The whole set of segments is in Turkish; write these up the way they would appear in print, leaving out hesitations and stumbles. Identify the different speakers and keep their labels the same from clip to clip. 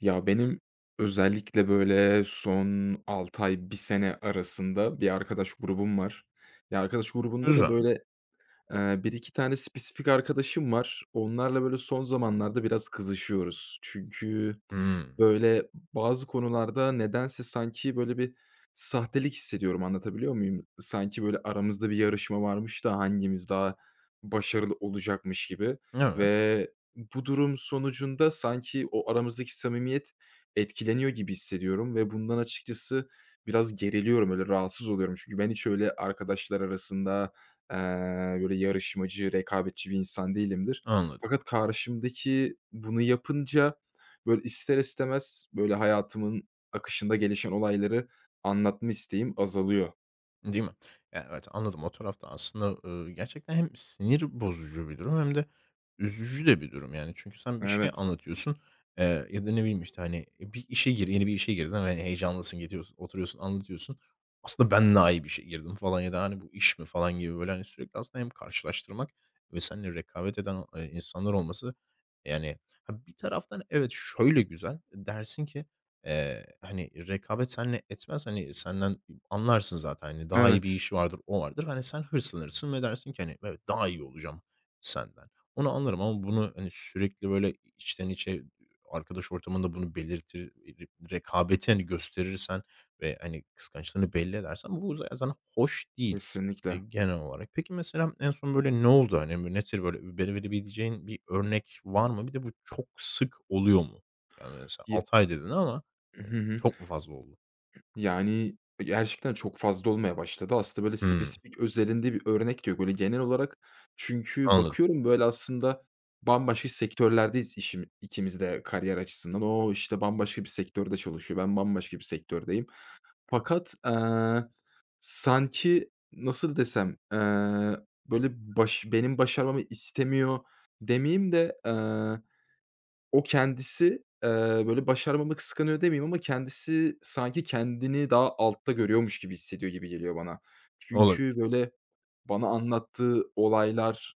Speaker 1: Ya, benim özellikle, böyle, son 6 ay, bir sene arasında bir arkadaş grubum var. Ya, arkadaş grubunda da,
Speaker 2: Güzel.
Speaker 1: böyle, 1-2 tane spesifik arkadaşım var. Onlarla, böyle, son zamanlarda biraz kızışıyoruz. Çünkü,
Speaker 2: Hımm.
Speaker 1: böyle, bazı konularda nedense sanki, böyle, bir sahtelik hissediyorum, anlatabiliyor muyum? Sanki, böyle, aramızda bir yarışma varmış da hangimiz daha başarılı olacakmış gibi
Speaker 2: Evet,
Speaker 1: ve bu durum sonucunda sanki o aramızdaki samimiyet etkileniyor gibi hissediyorum ve bundan açıkçası biraz geriliyorum, öyle rahatsız oluyorum. Çünkü ben hiç öyle arkadaşlar arasında Eee, böyle yarışmacı, rekabetçi bir insan değilimdir.
Speaker 2: anladım.
Speaker 1: Fakat karşımdaki bunu yapınca, böyle, ister istemez, böyle, hayatımın akışında gelişen olayları anlatma isteğim azalıyor.
Speaker 2: Değil mi? Ya, evet, anladım. O tarafta aslında, gerçekten hem sinir bozucu bir durum hem de üzücü de bir durum, yani. Çünkü sen bir şey
Speaker 1: Evet.
Speaker 2: anlatıyorsun, ya da ne bileyim, işte, hani, bir işe gir yeni bir işe girdin, ve hani, heyecanlısın, gidiyorsun, oturuyorsun, anlatıyorsun. "Aslında ben daha iyi bir şey girdim." falan ya da, hani, "Bu iş mi?" falan gibi, böyle, hani, sürekli aslında hem karşılaştırmak ve seninle rekabet eden, insanlar olması, yani, ha, bir taraftan evet, şöyle güzel, dersin ki, hani, rekabet seninle etmez, hani, senden. Anlarsın zaten, hani, daha iyi bir
Speaker 1: Evet.
Speaker 2: işi vardır, o vardır. Hani, sen hırslanırsın ve dersin ki, hani, "Evet, daha iyi olacağım senden." Onu anlarım ama bunu, hani, sürekli böyle içten içe arkadaş ortamında bunu belirtir rekabeti, hani, gösterirsen ve, hani, kıskançlığını belli edersen bu zaten hoş değil,
Speaker 1: Kesinlikle.
Speaker 2: genel olarak. Peki, mesela en son böyle ne oldu? Hani, böyle nedir böyle beni verebileceğin bir örnek var mı? Bir de bu çok sık oluyor mu? Yani, mesela
Speaker 1: Ya.
Speaker 2: 6 ay dedin ama
Speaker 1: Hı hı.
Speaker 2: çok mu fazla oldu?
Speaker 1: Yani, gerçekten çok fazla olmaya başladı. Aslında böyle
Speaker 2: Hımm,
Speaker 1: spesifik özelinde bir örnek diyor. Böyle genel olarak çünkü
Speaker 2: anladım.
Speaker 1: bakıyorum böyle aslında bambaşka sektörlerdeyiz, işim ikimiz de kariyer açısından. O, işte, bambaşka bir sektörde çalışıyor, ben bambaşka bir sektördeyim. Fakat, sanki nasıl desem, böyle benim başarmamı istemiyor demeyeyim de, o kendisi, böyle, başarmama kıskanıyor demeyeyim ama kendisi sanki kendini daha altta görüyormuş gibi hissediyor gibi geliyor bana. Çünkü,
Speaker 2: Olabilir.
Speaker 1: böyle, bana anlattığı olaylar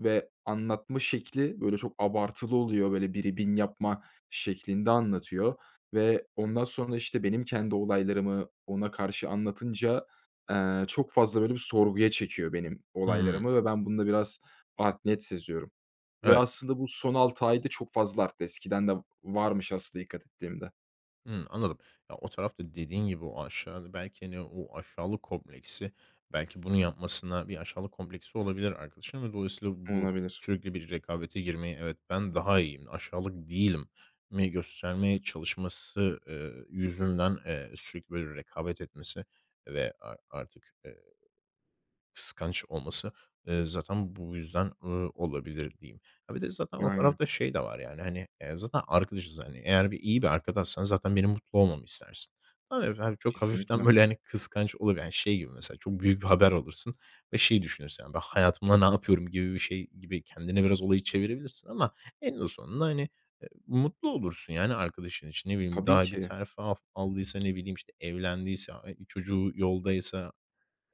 Speaker 1: ve anlatma şekli, böyle, çok abartılı oluyor, böyle, biri bin yapma şeklinde anlatıyor ve ondan sonra, işte, benim kendi olaylarımı ona karşı anlatınca, çok fazla, böyle, bir sorguya çekiyor benim
Speaker 2: Hımm.
Speaker 1: olaylarımı ve ben bunda biraz art net seziyorum ve
Speaker 2: Evet.
Speaker 1: aslında bu son 6 ayda çok fazla arttı. Eskiden de varmış aslında dikkat ettiğimde.
Speaker 2: Hımm, anladım. Ya, o tarafta dediğin gibi o aşağıda belki, hani, o aşağılık kompleksi belki bunu yapmasına bir aşağılık kompleksi olabilir arkadaşının ve dolayısıyla bu
Speaker 1: Olabilir.
Speaker 2: sürekli bir rekabete girmeyi, "Evet, ben daha iyiyim, aşağılık değilim." mi göstermeye çalışması, yüzünden, sürekli böyle rekabet etmesi ve artık, Kıskanç olması, zaten bu yüzden, olabilir diyeyim. Ya, bir de zaten o
Speaker 1: Aynen.
Speaker 2: tarafta şey de var yani, hani, zaten arkadaşız, hani, eğer bir iyi bir arkadaşsan zaten benim mutlu olmamı istersin. Ama efendim çok hafiften
Speaker 1: Kesinlikle.
Speaker 2: böyle, hani, kıskanç olur yani şey gibi mesela çok büyük bir haber olursun ve şey düşünürsün yani ben hayatımda ne yapıyorum gibi bir şey gibi kendine biraz olayı çevirebilirsin ama en sonunda, hani, mutlu olursun yani arkadaşın için. Ne bileyim
Speaker 1: Tabii
Speaker 2: daha bir
Speaker 1: ki.
Speaker 2: terfi aldıysa, ne bileyim, işte, evlendiyse, ay çocuğu yoldaysa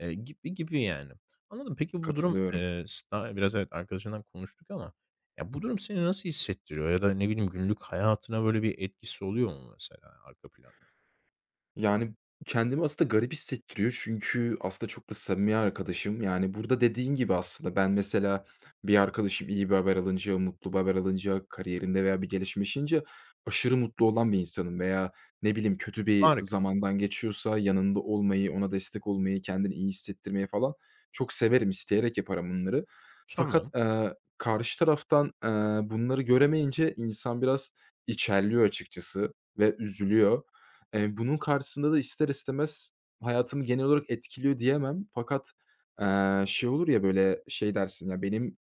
Speaker 2: Gibi gibi yani. Anladım. Peki bu durum,
Speaker 1: Katılıyorum.
Speaker 2: daha biraz evet arkadaşından konuştuk ama ya bu durum seni nasıl hissettiriyor ya da ne bileyim günlük hayatına böyle bir etkisi oluyor mu mesela arka planda?
Speaker 1: Yani, kendimi aslında garip hissettiriyor çünkü aslında çok da samimi arkadaşım. Yani, burada dediğin gibi aslında ben mesela bir arkadaşım iyi bir haber alınca, mutlu bir haber alınca, kariyerinde veya bir gelişmişince aşırı mutlu olan bir insanım veya ne bileyim kötü bir
Speaker 2: Harika.
Speaker 1: zamandan geçiyorsa yanında olmayı, ona destek olmayı, kendini iyi hissettirmeyi falan çok severim, isteyerek yaparım bunları. Fakat,
Speaker 2: Tamam.
Speaker 1: karşı taraftan, bunları göremeyince insan biraz içerliyor açıkçası ve üzülüyor. Bunun karşısında da ister istemez hayatımı genel olarak etkiliyor diyemem fakat, şey olur ya, böyle, şey dersin, ya, benim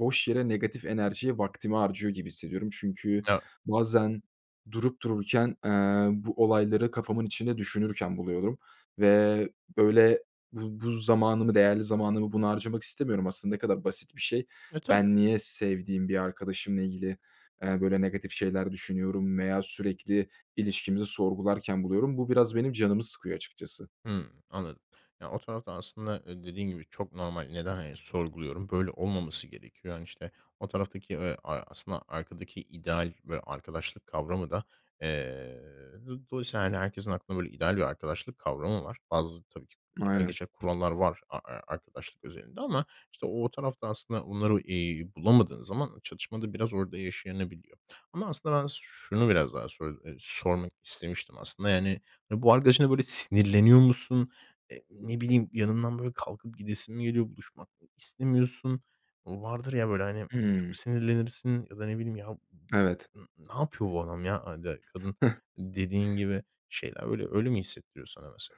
Speaker 1: boş yere negatif enerjiye vaktimi harcıyor gibi hissediyorum. Çünkü
Speaker 2: Ya,
Speaker 1: bazen durup dururken, bu olayları kafamın içinde düşünürken buluyorum ve böyle bu zamanımı, değerli zamanımı buna harcamak istemiyorum. Aslında ne kadar basit bir şey.
Speaker 2: tabii.
Speaker 1: Ben niye sevdiğim bir arkadaşımla ilgili, böyle negatif şeyler düşünüyorum veya sürekli ilişkimizi sorgularken buluyorum. Bu biraz benim canımı sıkıyor açıkçası.
Speaker 2: Hımm, anladım. Ya, o tarafta aslında, dediğin gibi çok normal. Neden, hani, sorguluyorum? Böyle olmaması gerekiyor. Yani, işte, o taraftaki, aslında arkadaki ideal böyle arkadaşlık kavramı da, eee, dolayısıyla, hani, herkesin aklında böyle ideal bir arkadaşlık kavramı var. Bazı tabii ki genel
Speaker 1: Aynen.
Speaker 2: geçer kurallar var a a arkadaşlık özelinde ama, işte, o tarafta aslında onları, bulamadığın zaman çatışma da biraz orada yaşanabiliyor. Ama aslında ben şunu biraz daha sormak istemiştim aslında. Yani, ya, bu arkadaşına böyle sinirleniyor musun? Ne bileyim, yanından böyle kalkıp gidesin mi geliyor, buluşmak mı istemiyorsun? Vardır ya böyle, hani, çok
Speaker 1: Hımm.
Speaker 2: sinirlenirsin ya da ne bileyim, "Ya,
Speaker 1: Evet.
Speaker 2: ne yapıyor bu adam ya?" ya da kadın dediğin gibi şeyler. Böyle, öyle mi hissettiriyor sana mesela?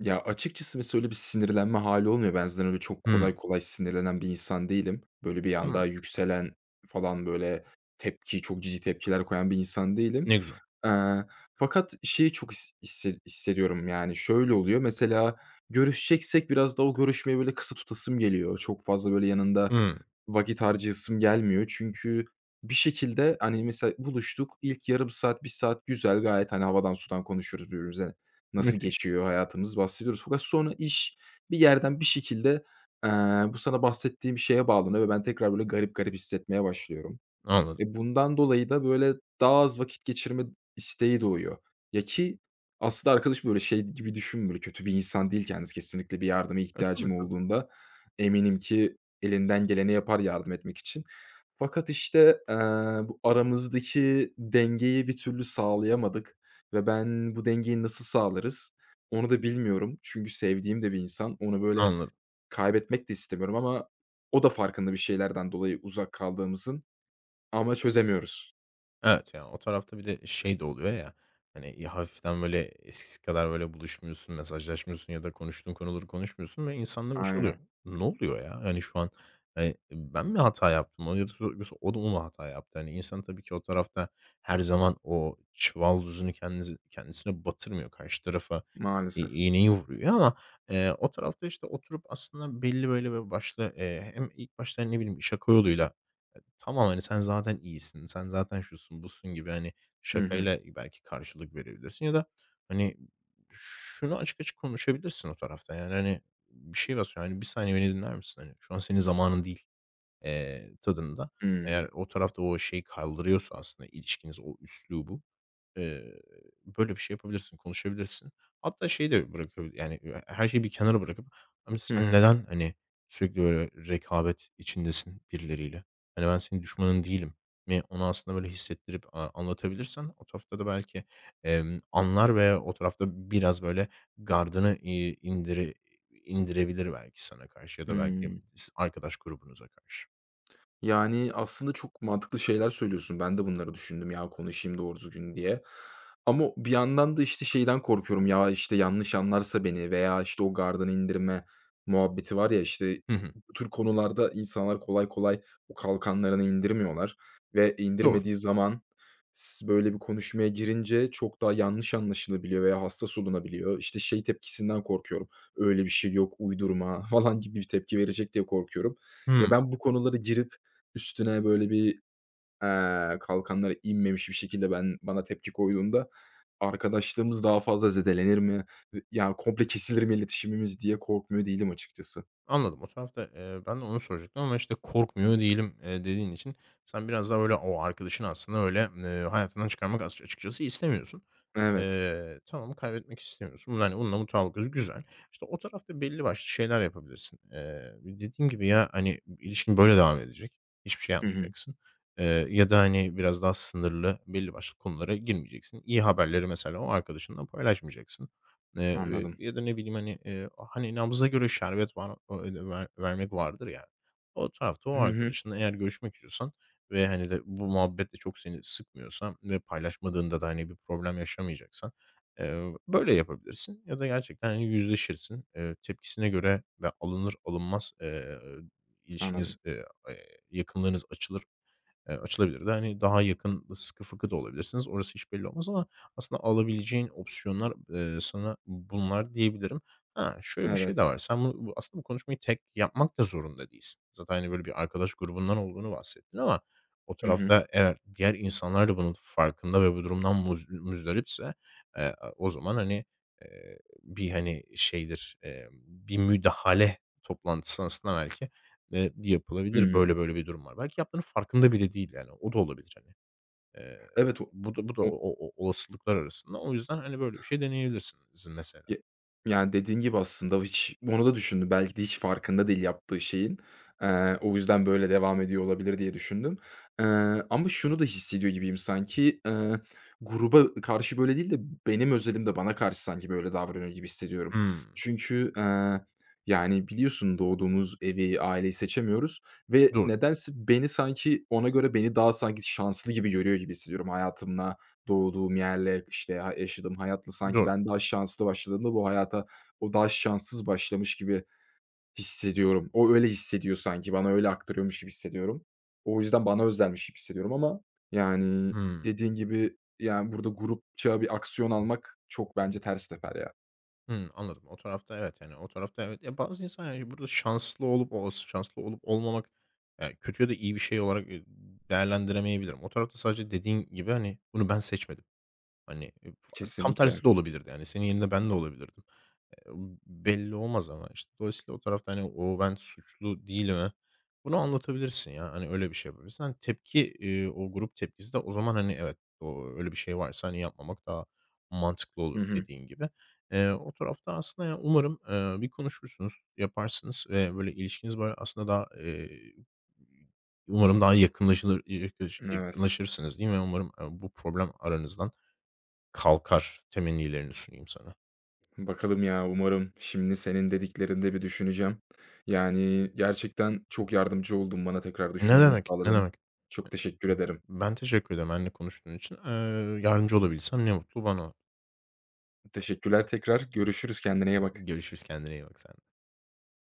Speaker 1: Ya, açıkçası mesela öyle bir sinirlenme hali olmuyor. Ben zaten öyle çok kolay
Speaker 2: Hımm.
Speaker 1: kolay sinirlenen bir insan değilim. Böyle bir
Speaker 2: Tamam.
Speaker 1: anda yükselen falan, böyle, tepki, çok ciddi tepkiler koyan bir insan değilim.
Speaker 2: Ne güzel.
Speaker 1: Eee, Fakat şeyi çok hissediyorum, yani, şöyle oluyor, mesela görüşeceksek biraz da o görüşmeyi, böyle, kısa tutasım geliyor. Çok fazla, böyle, yanında
Speaker 2: Hımm.
Speaker 1: vakit harcayasım gelmiyor. Çünkü bir şekilde, hani, mesela buluştuk, ilk yarım saat, bir saat güzel, gayet, hani, havadan sudan konuşuyoruz, birbirimize nasıl
Speaker 2: Müthiş.
Speaker 1: geçiyor hayatımız bahsediyoruz. Fakat sonra iş bir yerden bir şekilde, eee, bu sana bahsettiğim şeye bağlanıyor ve ben tekrar böyle garip garip hissetmeye başlıyorum.
Speaker 2: Anladım.
Speaker 1: E, bundan dolayı da, böyle, daha az vakit geçirme isteği doğuyor. Ya, ki aslında arkadaş, böyle, şey gibi düşünmüyor, kötü bir insan değil kendisi. Kesinlikle bir yardıma
Speaker 2: E, tabii,
Speaker 1: ihtiyacım
Speaker 2: tabii.
Speaker 1: olduğunda eminim ki elinden geleni yapar yardım etmek için. Fakat, işte, bu aramızdaki dengeyi bir türlü sağlayamadık ve ben bu dengeyi nasıl sağlarız onu da bilmiyorum. Çünkü sevdiğim de bir insan. Onu, böyle,
Speaker 2: Anladım.
Speaker 1: kaybetmek de istemiyorum ama o da farkında bir şeylerden dolayı uzak kaldığımızın. Ama çözemiyoruz.
Speaker 2: Evet, yani o tarafta bir de şey de oluyor ya, hani, hafiften böyle eskisi kadar böyle buluşmuyorsun, mesajlaşmıyorsun ya da konuştuğun konuları konuşmuyorsun ve insanda bir şey oluyor.
Speaker 1: Aynen,
Speaker 2: Ne oluyor ya? Yani şu an, ben mi hata yaptım? O ya da yoksa o da mı hata yaptı? Hani, insan tabii ki o tarafta her zaman o çuval düzünü kendisi kendisine batırmıyor. Karşı tarafa i
Speaker 1: maalesef.
Speaker 2: iğneyi vuruyor ama, o tarafta, işte, oturup aslında belli böyle, böyle, başlı, hem ilk başta, ne bileyim, şaka yoluyla Tamam, hani, sen zaten iyisin, sen zaten şusun, busun gibi, hani,
Speaker 1: Hı hı.
Speaker 2: şakayla belki karşılık verebilirsin ya da, hani, şunu açık açık konuşabilirsin o tarafta. Yani, hani, bir şey basıyor, hani, bir saniye beni dinler misin?" Hani, "Şu an senin zamanın değil." Tadında.
Speaker 1: Hımm.
Speaker 2: Eğer o tarafta o şeyi kaldırıyorsa aslında ilişkiniz, o üslubu, Eee, böyle bir şey yapabilirsin, konuşabilirsin. Hatta şeyi de bırakabilir yani, her şeyi bir kenara bırakıp, "Abi,
Speaker 1: Hı
Speaker 2: sen
Speaker 1: hı.
Speaker 2: neden, hani, sürekli böyle rekabet içindesin birileriyle? Hani, ben senin düşmanın değilim." mi onu aslında böyle hissettirip, anlatabilirsen o tarafta da belki, anlar ve o tarafta biraz böyle gardını, indirebilir belki sana karşı ya da belki
Speaker 1: Hımm.
Speaker 2: arkadaş grubunuza karşı.
Speaker 1: Yani, aslında çok mantıklı şeyler söylüyorsun. Ben de bunları düşündüm ya, konuşayım doğru düzgün diye. Ama bir yandan da, işte, şeyden korkuyorum ya, işte, yanlış anlarsa beni veya, işte, o gardını indirme muhabbeti var ya, işte,
Speaker 2: Hı hı.
Speaker 1: bu tür konularda insanlar kolay kolay o kalkanlarını indirmiyorlar ve
Speaker 2: Doğru.
Speaker 1: indirmediği zaman böyle bir konuşmaya girince çok daha yanlış anlaşılabiliyor veya hassas olunabiliyor. İşte, şey tepkisinden korkuyorum, "Öyle bir şey yok, uydurma." falan gibi bir tepki verecek diye korkuyorum ve
Speaker 2: Hıı.
Speaker 1: ben bu konulara girip üstüne böyle bir, kalkanları inmemiş bir şekilde ben bana tepki koyduğunda arkadaşlığımız daha fazla zedelenir mi? Ya, komple kesilir mi iletişimimiz diye korkmuyor değilim açıkçası.
Speaker 2: Anladım. O tarafta, ben de onu soracaktım ama, işte, "Korkmuyor değilim." Dediğin için sen biraz daha, böyle, o arkadaşını aslında öyle, hayatından çıkarmak açıkçası istemiyorsun.
Speaker 1: Evet.
Speaker 2: Tamam, kaybetmek istemiyorsun. Hani, bununla mutabıkız, güzel. İşte, o tarafta belli başlı şeyler yapabilirsin. Dediğim gibi ya, hani, ilişkin böyle devam edecek. Hiçbir şey
Speaker 1: Hı hı.
Speaker 2: yapmayacaksın. Ya da, hani, biraz daha sınırlı belli başlı konulara girmeyeceksin. İyi haberleri mesela o arkadaşınla paylaşmayacaksın. Eee,
Speaker 1: Anladım.
Speaker 2: ya da ne bileyim, hani, hani, nabza göre şerbet var, o vermek vardır ya. O tarafta o
Speaker 1: Hı hı.
Speaker 2: arkadaşınla eğer görüşmek istiyorsan ve, hani, de bu muhabbet de çok seni sıkmıyorsa ve paylaşmadığında da, hani, bir problem yaşamayacaksan, böyle yapabilirsin ya da gerçekten, hani, yüzleşirsin. Tepkisine göre ve alınır alınmaz, ilişkiniz,
Speaker 1: Anladım.
Speaker 2: yakınlığınız açılır. Açılabilir de, hani, daha yakın, sıkı fıkı da olabilirsiniz. Orası hiç belli olmaz ama aslında alabileceğin opsiyonlar, sana bunlar diyebilirim. Ha, şöyle bir şey
Speaker 1: Evet.
Speaker 2: de var. Sen bu aslında bu konuşmayı tek yapmak da zorunda değilsin. Zaten, hani, böyle bir arkadaş grubundan olduğunu bahsettin ama o
Speaker 1: Hı hı.
Speaker 2: tarafta eğer diğer insanlar da bunun farkında ve bu durumdan muzdaripse, o zaman, hani, bir, hani, şeydir, bir müdahale toplantısı aslında belki Yapılabilir,
Speaker 1: Hımm.
Speaker 2: böyle bir durum var. Belki yaptığının farkında bile değil yani. O da olabilir hani. Eee,
Speaker 1: Evet. o
Speaker 2: bu da o o o olasılıklar arasında. O yüzden, hani, böyle bir şey deneyebilirsiniz mesela.
Speaker 1: Ye Yani, dediğin gibi aslında hiç onu da düşündüm. Belki de hiç farkında değil yaptığı şeyin. O yüzden böyle devam ediyor olabilir diye düşündüm. Eee, Ama şunu da hissediyor gibiyim sanki, gruba karşı böyle değil de benim özelimde bana karşı sanki böyle davranıyor gibi hissediyorum.
Speaker 2: Hımm.
Speaker 1: Çünkü, yani, biliyorsun doğduğumuz evi, aileyi seçemiyoruz ve
Speaker 2: Dur,
Speaker 1: nedense beni sanki ona göre beni daha sanki şanslı gibi görüyor gibi hissediyorum hayatımla, doğduğum yerle, işte, ha yaşadığım hayatla sanki
Speaker 2: dur.
Speaker 1: ben daha şanslı başladığımda bu hayata o daha şanssız başlamış gibi hissediyorum. O öyle hissediyor sanki, bana öyle aktarıyormuş gibi hissediyorum. O yüzden bana özelmiş gibi hissediyorum ama, yani,
Speaker 2: Hımm.
Speaker 1: dediğin gibi, yani, burada grupça bir aksiyon almak çok bence ters teper ya.
Speaker 2: Hımm, anladım. O tarafta evet, yani, o tarafta evet. Ya, bazı insan, yani, burada şanslı olup olası şanslı olup olmamak, kötü ya da iyi bir şey olarak, değerlendiremeyebilirim. O tarafta sadece dediğin gibi, hani, bunu ben seçmedim. Hani, tam
Speaker 1: Kesinlikle.
Speaker 2: tersi de olabilirdi yani. Senin yerinde ben de olabilirdim. Eee, belli olmaz ama, işte, dolayısıyla o tarafta, hani, o ben suçlu değilim. Bunu anlatabilirsin ya. Hani, öyle bir şey yapabilirsin. Hani, tepki, o grup tepkisi de o zaman, hani, evet, o öyle bir şey varsa, hani, yapmamak daha mantıklı
Speaker 1: Hı
Speaker 2: olur
Speaker 1: hı.
Speaker 2: dediğin gibi. O tarafta aslında ya umarım, bir konuşursunuz, yaparsınız ve böyle ilişkiniz böyle aslında daha, umarım daha yakınlaşılır yakınlaş
Speaker 1: Evet.
Speaker 2: yakınlaşırsınız diyeyim ve umarım, bu problem aranızdan kalkar temennilerini sunayım sana.
Speaker 1: Bakalım ya, umarım şimdi senin dediklerini de bir düşüneceğim. Yani, gerçekten çok yardımcı oldun, bana tekrar
Speaker 2: Ne
Speaker 1: düşünmemi
Speaker 2: demek, ne
Speaker 1: sağladın.
Speaker 2: demek.
Speaker 1: Çok teşekkür ederim.
Speaker 2: Ben teşekkür ederim benimle konuştuğun için. Yardımcı olabilsem ne mutlu bana.
Speaker 1: Teşekkürler tekrar. Görüşürüz. Kendine iyi bak.
Speaker 2: Görüşürüz, kendine iyi bak sen